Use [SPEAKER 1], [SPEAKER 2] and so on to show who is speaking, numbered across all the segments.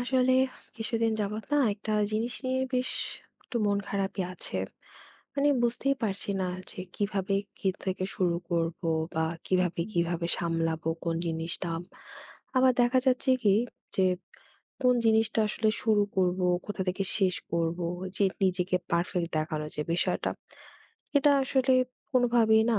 [SPEAKER 1] আসলে কিছুদিন যাবত না একটা জিনিস নিয়ে বেশ একটু মন খারাপই আছে। মানে, বুঝতেই পারছি না যে কিভাবে কি থেকে শুরু করব বা
[SPEAKER 2] হুম,
[SPEAKER 1] কিভাবে,
[SPEAKER 2] হুম।
[SPEAKER 1] কিভাবে সামলাবো কোন জিনিসটা। আবার দেখা যাচ্ছে কি, যে কোন জিনিসটা আসলে শুরু করব, কোথা থেকে শেষ করব, যে নিজেকে পারফেক্ট দেখানোর যে বিষয়টা, এটা আসলে কোনোভাবেই না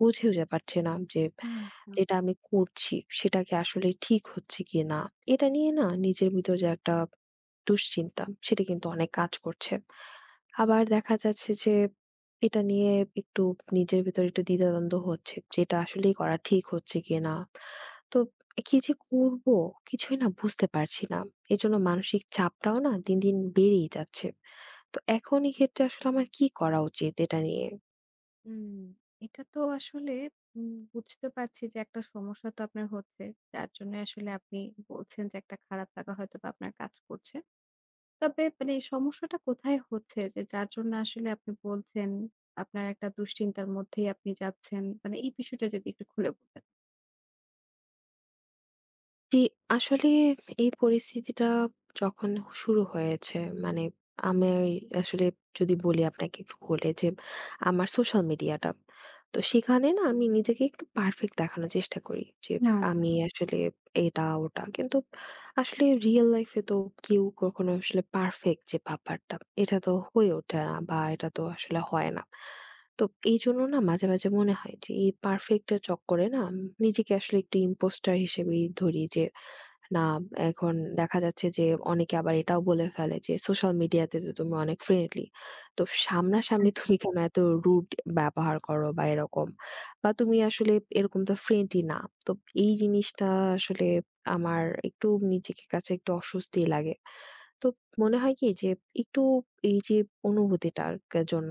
[SPEAKER 1] বুঝে উঠে পারছি না যে
[SPEAKER 2] আচ্ছা।
[SPEAKER 1] যেটা আমি করছি সেটা কি আসলে ঠিক হচ্ছে কিনা। এটা নিয়ে না নিজের ভিতর যে একটা দুশ্চিন্তা, সেটা কিন্তু অনেক কাজ করছে। আবার দেখা যাচ্ছে যে এটা নিয়ে একটু নিজের ভেতরে একটু দ্বিধাদ্বন্দ্ব হচ্ছে যে এটা আসলেই করা ঠিক হচ্ছে কিনা। তো কি যে করব কিছুই না বুঝতে পারছি না। এজন্য মানসিক চাপটাও না দিন, দিন বেড়েই যাচ্ছে। তো এখন এক্ষেত্রে আসলে আমার কি করা উচিত, এটা নিয়ে?
[SPEAKER 2] হুম। এটা তো আসলে বুঝতে পারছি যে একটা সমস্যা তো আপনার হচ্ছে। যার জন্য আসলে আপনি বলছেন যে একটা খারাপ লাগা হয়তোবা আপনার কাজ করছে। তবে মানে এই সমস্যাটা কোথায় হচ্ছে যে যার জন্য আসলে আপনি বলছেন আপনার একটা দুশ্চিন্তার মধ্যেই আপনি যাচ্ছেন? মানে এই বিষয়টা যদি একটু খুলে বলতেন।
[SPEAKER 1] জি, আসলে এই পরিস্থিতিটা যখন শুরু হয়েছে, মানে, আমি আসলে, যদি বলি আপনাকে একটু খুলে, যে আমার সোশ্যাল মিডিয়াটা, তো সেখানে না আমি নিজেকে একটু পারফেক্ট দেখানোর চেষ্টা করি, যে
[SPEAKER 2] না।
[SPEAKER 1] আমি আসলে এটা ওটা, কিন্তু আসলে রিয়েল লাইফে তো কেউ কখনো আসলে পারফেক্ট যে ব্যাপারটা, এটা তো হয়ে ওঠে না বা এটা তো আসলে হয় না। তো এই জন্য না মাঝে মাঝে মনে হয় যে এই পারফেক্টের চক্করে না আমি নিজেকে আসলে একটু ইম্পোস্টার হিসেবেই ধরি যে না। এখন দেখা যাচ্ছে যে অনেকে আবার এটাও বলে ফেলে যে সোশ্যাল মিডিয়াতে তো তুমি অনেক ফ্রেন্ডলি। তো সামনাসামনি তুমি কেন এত রুড ব্যবহার করো বা এরকম? বা তুমি আসলে এরকম তো ফ্রেন্ডই না। তো এই জিনিসটা আসলে আমার একটু নিজেকে কাছে একটু অস্বস্তি লাগে। তো মনে হয় কি যে একটু এই যে অনুভূতিটার কে জন্য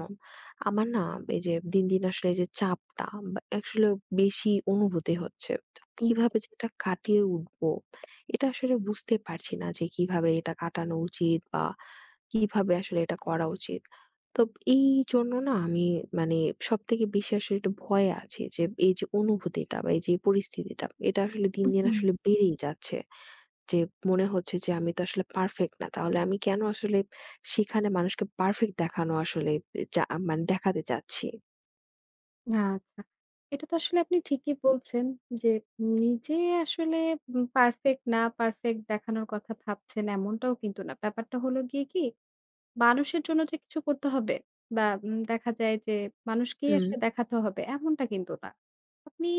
[SPEAKER 1] আমার না এই যে দিন, দিন আসলে এই যে চাপটা বা আসলে বেশি অনুভূতি হচ্ছে। তো কিভাবে যে এটা কাটিয়ে উঠবো, এটা আসলে বুঝতে পারছি না যে কিভাবে এটা কাটানো উচিত বা কিভাবে আসলে এটা করা উচিত। তো এই জন্য না আমি, মানে, সবথেকে বেশি আসলে একটু ভয়ে আছি যে এই যে অনুভূতিটা বা এই যে পরিস্থিতিটা, এটা আসলে দিন, দিন
[SPEAKER 2] হুম।
[SPEAKER 1] আসলে বেড়েই যাচ্ছে। যে মনে হচ্ছে যে আমি তো আসলে পারফেক্ট না। তাহলে আমি কেন আসলে সেখানে মানুষকে পারফেক্ট দেখানো আসলে, যা, মানে, দেখাতে চাচ্ছি।
[SPEAKER 2] আচ্ছা। এটা তো আসলে আপনি ঠিকই বলছেন যে, নিজে আসলে পারফেক্ট না, পারফেক্ট দেখানোর কথা ভাবছেন এমনটাও কিন্তু না। ব্যাপারটা হলো গিয়ে কি, মানুষের জন্য যে কিছু করতে হবে বা দেখা যায় যে মানুষকেই
[SPEAKER 1] হুম,
[SPEAKER 2] আসলে দেখাতে হবে এমনটা কিন্তু না। আপনি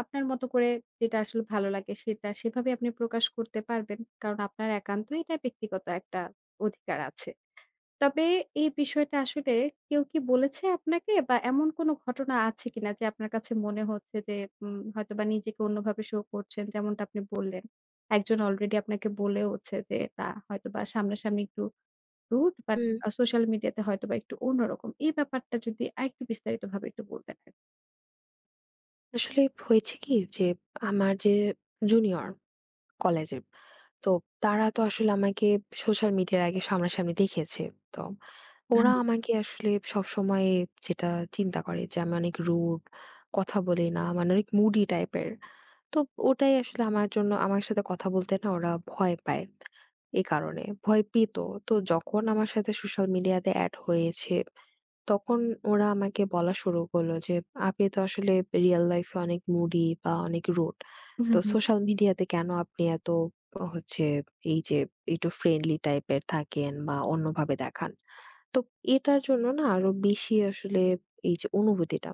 [SPEAKER 2] আপনার মতো করে যেটা আসলে ভালো লাগে সেটা সেভাবে আপনি প্রকাশ করতে পারবেন। কারণ আপনার একান্ত এটা ব্যক্তিগত একটা অধিকার আছে। তবে এই বিষয়টা আসলে কেউ কি বলেছে আপনাকে? বা এমন কোনো ঘটনা আছে কিনা যে আপনার কাছে মনে হচ্ছে যে হয়তোবা নিজেকে অন্যভাবে শো করছেন যেমনটা আপনি বললেন। একজন অলরেডি আপনাকে বলেওছে যে না হয়তোবা সামনাসামনি একটু রুড বাট
[SPEAKER 1] হুম।
[SPEAKER 2] সোশ্যাল মিডিয়াতে হয়তোবা একটু অন্যরকম। এই ব্যাপারটা যদি আরেকটু বিস্তারিতভাবে একটু বলতেন আরকি।
[SPEAKER 1] আসলে হয়েছে কি যে আমার যে জুনিয়র কলেজের, তো তারা তো আসলে আমাকে সোশ্যাল মিডিয়ার আগে সামনাসামনি দেখেছে। তো ওরা
[SPEAKER 2] আচ্ছা।
[SPEAKER 1] আমাকে আসলে সবসময় যেটা চিন্তা করে যে আমি অনেক রুড, কথা বলি না, মানে, অনেক মুডি টাইপের। তো ওটাই আসলে আমার জন্য আমার সাথে কথা বলতে না ওরা ভয় পায়। এ কারণে। ভয় পেত। তো যখন আমার সাথে সোশ্যাল মিডিয়াতে এড হয়েছে, তখন ওরা আমাকে বলা শুরু করলো যে, "আপনি তো আসলে রিয়াল লাইফে অনেক moody বা অনেক rude।
[SPEAKER 2] হুম,
[SPEAKER 1] তো
[SPEAKER 2] হুম।
[SPEAKER 1] সোশ্যাল মিডিয়াতে কেন আপনি এত হচ্ছে এই যে একটু ফ্রেন্ডলি টাইপের থাকেন বা অন্যভাবে দেখান?" তো এটার জন্য না আরো বেশি আসলে এই যে অনুভূতিটা,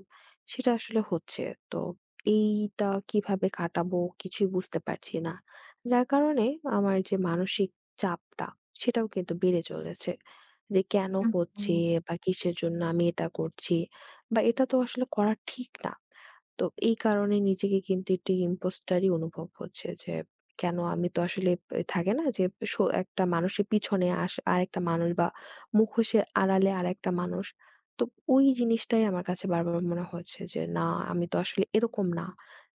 [SPEAKER 1] সেটা আসলে হচ্ছে। তো এইটা কিভাবে কাটাবো কিছুই বুঝতে পারছি না। যার কারণে আমার যে মানসিক চাপটা, সেটাও কিন্তু বেড়ে চলেছে। যে কেন হচ্ছে
[SPEAKER 2] ওহহো!
[SPEAKER 1] বা কিসের জন্য আমি এটা করছি বা এটা তো আসলে করা ঠিক না। তো এই কারণে নিজেকে কিন্তু একটু ইম্পোস্টারই অনুভব হচ্ছে যে কেন আমি তো আসলে, থাকে না যে স একটা মানুষের পিছনে আরেকটা মানুষ বা মুখোশের আড়ালে আরেকটা মানুষ। তো ওই জিনিসটাই আমার কাছে বারবার মনে হচ্ছে যে, "না, আমি তো আসলে এরকম না।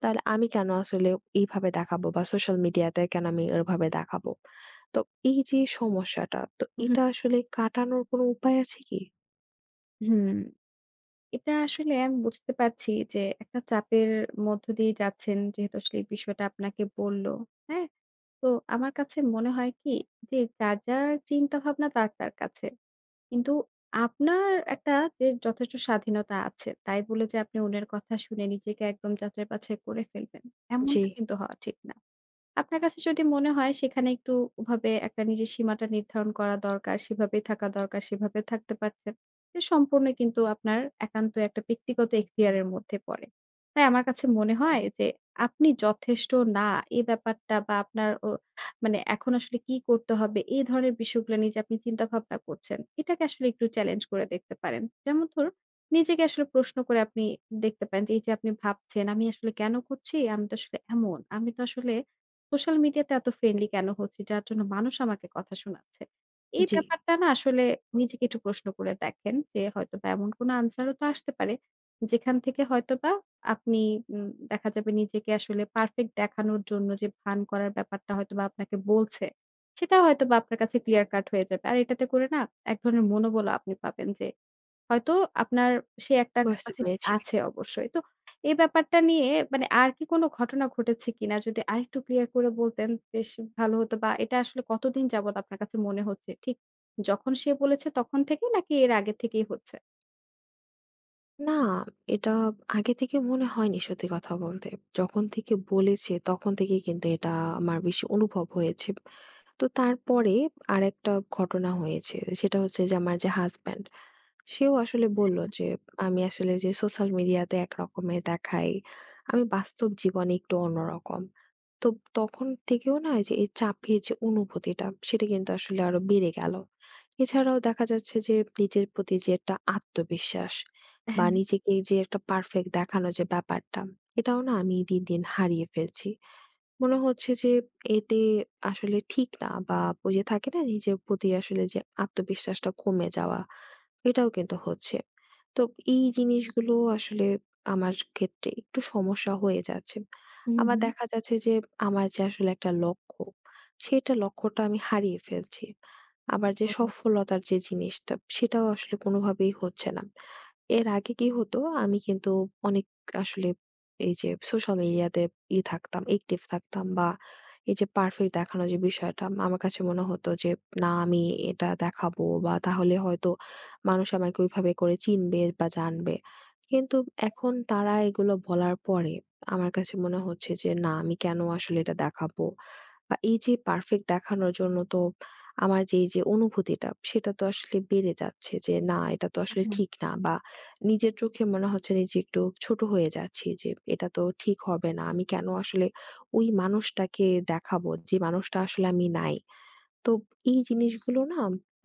[SPEAKER 1] তাহলে আমি কেন আসলে এইভাবে দেখাবো বা সোশ্যাল মিডিয়াতে কেন আমি এভাবে দেখাবো?" তো এই যে সমস্যাটা, তো
[SPEAKER 2] উহু,
[SPEAKER 1] এটা আসলে কাটানোর কোনো উপায় আছে কি?
[SPEAKER 2] হুম। এটা আসলে আমি বুঝতে পারছি যে একটা চাপের মধ্য দিয়ে যাচ্ছেন যেহেতু আসলে এই বিষয়টা আপনাকে বলল। হ্যাঁ? তো আমার কাছে মনে হয় কি যে যার চিন্তা ভাবনা তার কাছে। কিন্তু আপনার একটা যে যথেষ্ট স্বাধীনতা আছে। তাই বলে যে আপনি অন্যের কথা শুনে নিজেকে একদম যাচাই-বাছাই করে ফেলবেন।
[SPEAKER 1] জি,
[SPEAKER 2] এমনটা কিন্তু হওয়া ঠিক না। আপনার কাছে যদি মনে হয় সেখানে একটু ওভাবে একটা নিজের সীমাটা নির্ধারণ করা দরকার, সেভাবেই থাকা দরকার, সেভাবে থাকতে পারছেন। এটা সম্পূর্ণ কিন্তু আপনার একান্ত একটা ব্যক্তিগত এখতিয়ারের মধ্যে পড়ে। তাই আমার কাছে মনে হয় যে আপনি যথেষ্ট না এই ব্যাপারটা বা আপনার ও মানে এখন আসলে কি করতে হবে এই ধরনের বিষয়গুলো নিয়ে যে আপনি চিন্তা ভাবনা করছেন, এটাকে আসলে একটু চ্যালেঞ্জ করে দেখতে পারেন। যেমন ধরুন নিজেকে আসলে প্রশ্ন করে আপনি দেখতে পারেন যে এই যে আপনি ভাবছেন আমি আসলে কেন করছি? আমি তো আসলে এমন। আমি তো আসলে সোশ্যাল মিডিয়াতে এত ফ্রেন্ডলি কেন হচ্ছি যার জন্য মানুষ আমাকে কথা শোনাচ্ছে? এই
[SPEAKER 1] জি,
[SPEAKER 2] ব্যাপারটা না আসলে নিজেকে একটু প্রশ্ন করে দেখেন যে হয়তোবা এমন কোনো আনসারও তো আসতে পারে যেখান থেকে হয়তোবা আপনি দেখা যাবে নিজেকে আসলে পারফেক্ট দেখানোর জন্য যে ভান করার ব্যাপারটা হয়তোবা আপনাকে বলছে, সেটা হয়তোবা আপনার কাছে ক্লিয়ার কাট হয়ে যাবে। আর এটাতে করে না এক ধরনের মনোবলও আপনি পাবেন যে হয়তো আপনার সে একটা
[SPEAKER 1] বুঝতে
[SPEAKER 2] ক্যাপাসিটি
[SPEAKER 1] পেরেছি।
[SPEAKER 2] আছে অবশ্যই। তো এই ব্যাপারটা নিয়ে মানে আর কি কোনো ঘটনা ঘটেছে কিনা? যদি আরেকটু ক্লিয়ার করে বলতেন বেশ ভালো হতো বা এটা আসলে কতদিন যাবৎ আপনার কাছে মনে হচ্ছে? ঠিক যখন সে বলেছে তখন থেকেই নাকি এর আগে থেকেই হচ্ছে?
[SPEAKER 1] না, এটা আগে থেকে মনে হয়নি সত্যি কথা বলতে। যখন থেকে বলেছে তখন থেকেই কিন্তু এটা আমার বেশি অনুভব হয়েছে। তো তারপরে আরেকটা ঘটনা হয়েছে। সেটা হচ্ছে যে আমার যে হাসব্যান্ড, সেও আসলে বলল যে, "আমি আসলে যে সোশ্যাল মিডিয়াতে একরকমের দেখাই, আমি বাস্তব জীবনে একটু অন্যরকম।" তো তখন থেকেও না এই যে এই চাপের যে অনুভূতিটা, সেটা কিন্তু আসলে আরো বেড়ে গেল। এছাড়াও দেখা যাচ্ছে যে নিজের প্রতি যে একটা আত্মবিশ্বাস বা
[SPEAKER 2] হ্যাঁ,
[SPEAKER 1] নিজেকে যে একটা পারফেক্ট দেখানো যে ব্যাপারটা, এটাও না আমি দিন, দিন হারিয়ে ফেলছি। মনে হচ্ছে যে এতে আসলে ঠিক না বা ওই যে থাকে না নিজের প্রতি আসলে যে আত্মবিশ্বাসটা কমে যাওয়া। এটাও কিন্তু হচ্ছে। তো এই জিনিসগুলো আসলে আমার ক্ষেত্রে একটু সমস্যা হয়ে যাচ্ছে।
[SPEAKER 2] হুম,
[SPEAKER 1] আবার
[SPEAKER 2] হু, হুম।
[SPEAKER 1] দেখা যাচ্ছে যে আমার যে আসলে একটা লক্ষ্য, সেটা লক্ষ্যটা আমি হারিয়ে ফেলছি। আবার যে
[SPEAKER 2] ও
[SPEAKER 1] সফলতার যে জিনিসটা, সেটাও আসলে কোনোভাবেই হচ্ছে না। এর আগে কি হতো, আমি কিন্তু অনেক আসলে এই যে সোশ্যাল মিডিয়াতে ই থাকতাম, অ্যাক্টিভ থাকতাম বা এই যে পারফেক্ট দেখানোর যে বিষয়টা আমার কাছে মনে হতো যে না আমি এটা দেখাবো বা তাহলে হয়তো মানুষ আমাকে ওইভাবে করে চিনবে বা জানবে। কিন্তু এখন তারা এগুলো বলার পরে আমার কাছে মনে হচ্ছে যে না, আমি কেন আসলে এটা দেখাবো? বা এই যে পারফেক্ট দেখানোর জন্য তো আমার যে এই যে অনুভূতিটা, সেটা তো আসলে বেড়ে যাচ্ছে যে না এটা তো আসলে ঠিক না বা নিজের চোখে মনে হচ্ছে নিজে একটু ছোট হয়ে যাচ্ছি যে এটা তো ঠিক হবে না। আমি কেন আসলে ওই মানুষটাকে দেখাবো যে মানুষটা আসলে আমি নাই। তো এই জিনিসগুলো না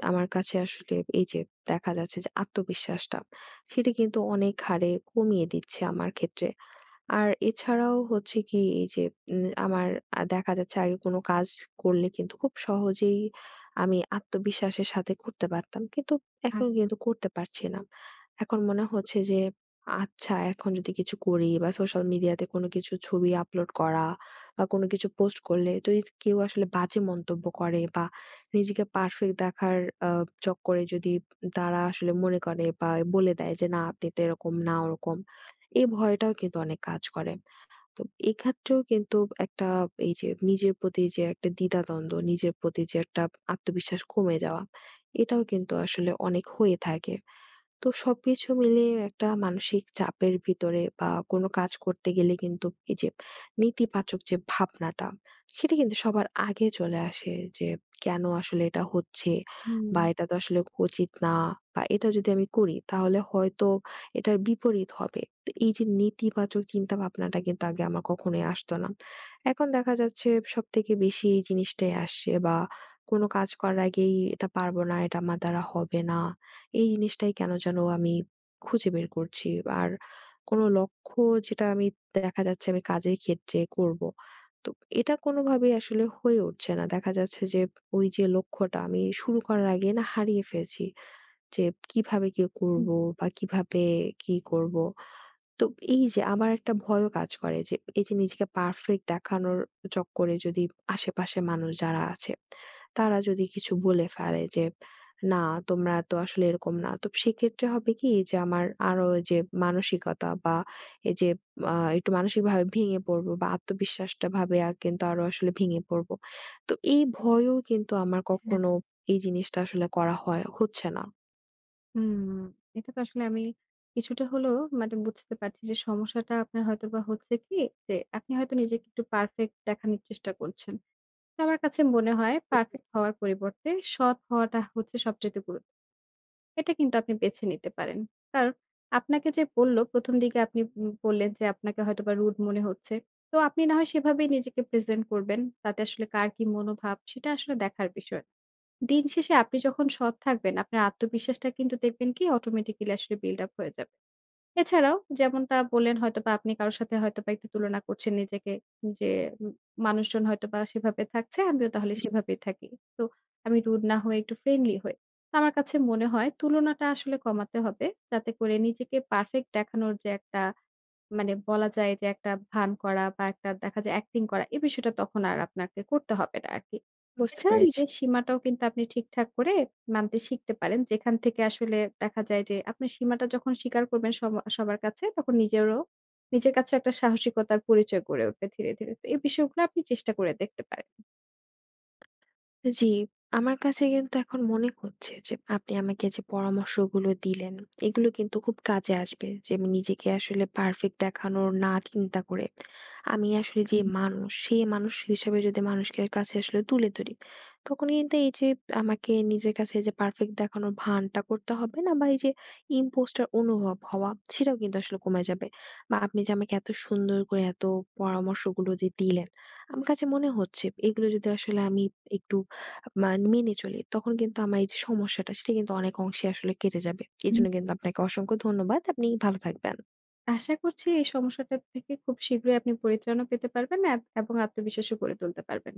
[SPEAKER 1] আমার কাছে আসলে এই যে দেখা যাচ্ছে যে আত্মবিশ্বাসটা, সেটা কিন্তু অনেক হারে কমিয়ে দিচ্ছে আমার ক্ষেত্রে। আর এছাড়াও হচ্ছে কি এই যে আমার দেখা যাচ্ছে আগে কোনো কাজ করলে কিন্তু খুব সহজেই আমি আত্মবিশ্বাসের সাথে করতে পারতাম। কিন্তু এখন
[SPEAKER 2] আচ্ছা।
[SPEAKER 1] কিন্তু করতে পারছি না। এখন মনে হচ্ছে যে, আচ্ছা, এখন যদি কিছু করি বা সোশ্যাল মিডিয়াতে কোনো কিছু ছবি আপলোড করা বা কোনো কিছু পোস্ট করলে যদি কেউ আসলে বাজে মন্তব্য করে বা নিজেকে পারফেক্ট দেখার আ চক্করে যদি তারা আসলে মনে করে বা বলে দেয় যে না, আপনি তো এরকম না ওরকম, এই ভয়টাও কিন্তু অনেক কাজ করে। তো এক্ষেত্রেও কিন্তু একটা এই যে নিজের প্রতি যে একটা দ্বিধাদ্বন্দ্ব, নিজের প্রতি যে একটা আত্মবিশ্বাস কমে যাওয়া, এটাও কিন্তু আসলে অনেক হয়ে থাকে। তো সবকিছু মিলিয়ে একটা মানসিক চাপের ভিতরে বা কোনো কাজ করতে গেলে কিন্তু এই যে নেতিবাচক যে ভাবনাটা, সেটা কিন্তু সবার আগে চলে আসে যে কেন আসলে এটা হচ্ছে
[SPEAKER 2] হুম,
[SPEAKER 1] বা এটা তো আসলে উচিত না বা এটা যদি আমি করি তাহলে হয়তো এটার বিপরীত হবে। তো এই যে নেতিবাচক চিন্তা ভাবনাটা কিন্তু আগে আমার কখনোই আসতো না, এখন দেখা যাচ্ছে সব থেকে বেশি এই জিনিসটাই আসছে বা কোনো কাজ করার আগেই এটা পারবো না, এটা আমার দ্বারা হবে না, এই জিনিসটাই কেন যেন আমি খুঁজে বের করছি। আর কোন লক্ষ্য, যেটা আমি দেখা যাচ্ছে আমি কাজের ক্ষেত্রে করব, তো এটা কোনোভাবেই আসলে হয়ে উঠছে না। দেখা যাচ্ছে যে ওই যে লক্ষ্যটা আমি শুরু করার আগে না হারিয়ে ফেলছি। যে কিভাবে কি
[SPEAKER 2] হুম,
[SPEAKER 1] করব বা কিভাবে কি করব। তো এই যে আমার একটা ভয়ও কাজ করে যে এই যে নিজেকে পারফেক্ট দেখানোর চক্করে যদি আশেপাশে মানুষ যারা আছে তারা যদি কিছু বলে ফেলে যে না, তোমরা তো আসলে এরকম না, তো সেক্ষেত্রে হবে কি যে আমার আরো এই যে মানসিকতা বা এই যে একটু মানসিক ভাবে ভেঙে পড়বো বা আত্মবিশ্বাসটা ভাবে কিন্তু আরো আসলে ভেঙে পড়বো। তো এই ভয়ও কিন্তু আমার
[SPEAKER 2] হ্যাঁ,
[SPEAKER 1] কখনো এই জিনিসটা আসলে করা হয় হচ্ছে না।
[SPEAKER 2] হুম। এটা তো আসলে আমি কিছুটা হলেও মানে বুঝতে পারছি যে সমস্যাটা আপনার হয়তোবা হচ্ছে কি যে আপনি হয়তো নিজেকে একটু পারফেক্ট দেখানোর চেষ্টা করছেন। আমার কাছে মনে হয় পারফেক্ট হওয়ার পরিবর্তে সৎ হওয়াটা হচ্ছে সবচেয়ে গুরুত্ব। এটা কিন্তু আপনি বেছে নিতে পারেন। কারণ আপনাকে যে বলল ১ম দিকে আপনি বললেন যে আপনাকে হয়তোবা রুড মনে হচ্ছে। তো আপনি না হয় সেভাবেই নিজেকে প্রেজেন্ট করবেন। তাতে আসলে কার কি মনোভাব সেটা আসলে দেখার বিষয়। দিন শেষে আপনি যখন সৎ থাকবেন, আপনার আত্মবিশ্বাসটা কিন্তু দেখবেন কি অটোমেটিক্যালি আসলে বিল্ড আপ হয়ে যাবে। এছাড়াও যেমনটা বললেন হয়তোবা আপনি কারো সাথে হয়তোবা একটু তুলনা করছেন নিজেকে যে, উম মানুষজন হয়তোবা সেভাবে থাকছে, আমিও তাহলে সেভাবেই থাকি। তো আমি রুড না হয়ে একটু ফ্রেন্ডলি হই। আমার কাছে মনে হয় তুলনাটা আসলে কমাতে হবে। যাতে করে নিজেকে পারফেক্ট দেখানোর যে একটা মানে বলা যায় যে একটা ভান করা বা একটা দেখা যায় অ্যাক্টিং করা এই বিষয়টা তখন আর আপনাকে করতে হবে না আরকি।
[SPEAKER 1] বুঝতে
[SPEAKER 2] এছাড়া
[SPEAKER 1] পেরেছি।
[SPEAKER 2] নিজের সীমাটাও কিন্তু আপনি ঠিকঠাক করে মানতে শিখতে পারেন। যেখান থেকে আসলে দেখা যায় যে আপনার সীমাটা যখন স্বীকার করবেন সবার কাছে তখন নিজেরও নিজের কাছেও একটা সাহসিকতার পরিচয় গড়ে উঠবে ধীরে, ধীরে। তো এই বিষয়গুলো আপনি চেষ্টা করে দেখতে পারেন।
[SPEAKER 1] জি, আমার কাছে কিন্তু এখন মনে হচ্ছে যে আপনি আমাকে যে পরামর্শগুলো দিলেন, এগুলো কিন্তু খুব কাজে আসবে। যে আমি নিজেকে আসলে পারফেক্ট দেখানোর না চিন্তা করে, আমি আসলে যে
[SPEAKER 2] হুম,
[SPEAKER 1] মানুষ, সেই মানুষ হিসেবে যদি মানুষের কাছে আসলে তুলে ধরি, তখন কিন্তু এই যে আমাকে নিজের কাছে যে পারফেক্ট দেখানোর ভানটা করতে হবে না বা এই যে ইম্পোস্টার অনুভব হওয়া, সেটাও কিন্তু আসলে কমে যাবে। বা আপনি যে আমাকে এত সুন্দর করে এত পরামর্শগুলো যে দিলেন, আমার কাছে মনে হচ্ছে এগুলো যদি আসলে আমি একটু মান মেনে চলি, তখন কিন্তু আমার এই যে সমস্যাটা, সেটা কিন্তু অনেক অংশে আসলে কেটে যাবে।
[SPEAKER 2] হুম।
[SPEAKER 1] এজন্য কিন্তু আপনাকে অসংখ্য ধন্যবাদ। আপনি ভালো থাকবেন।
[SPEAKER 2] আশা করছি এই সমস্যাটা থেকে খুব শীঘ্রই আপনি পরিত্রাণও পেতে পারবেন এবং আত্মবিশ্বাসও গড়ে তুলতে পারবেন।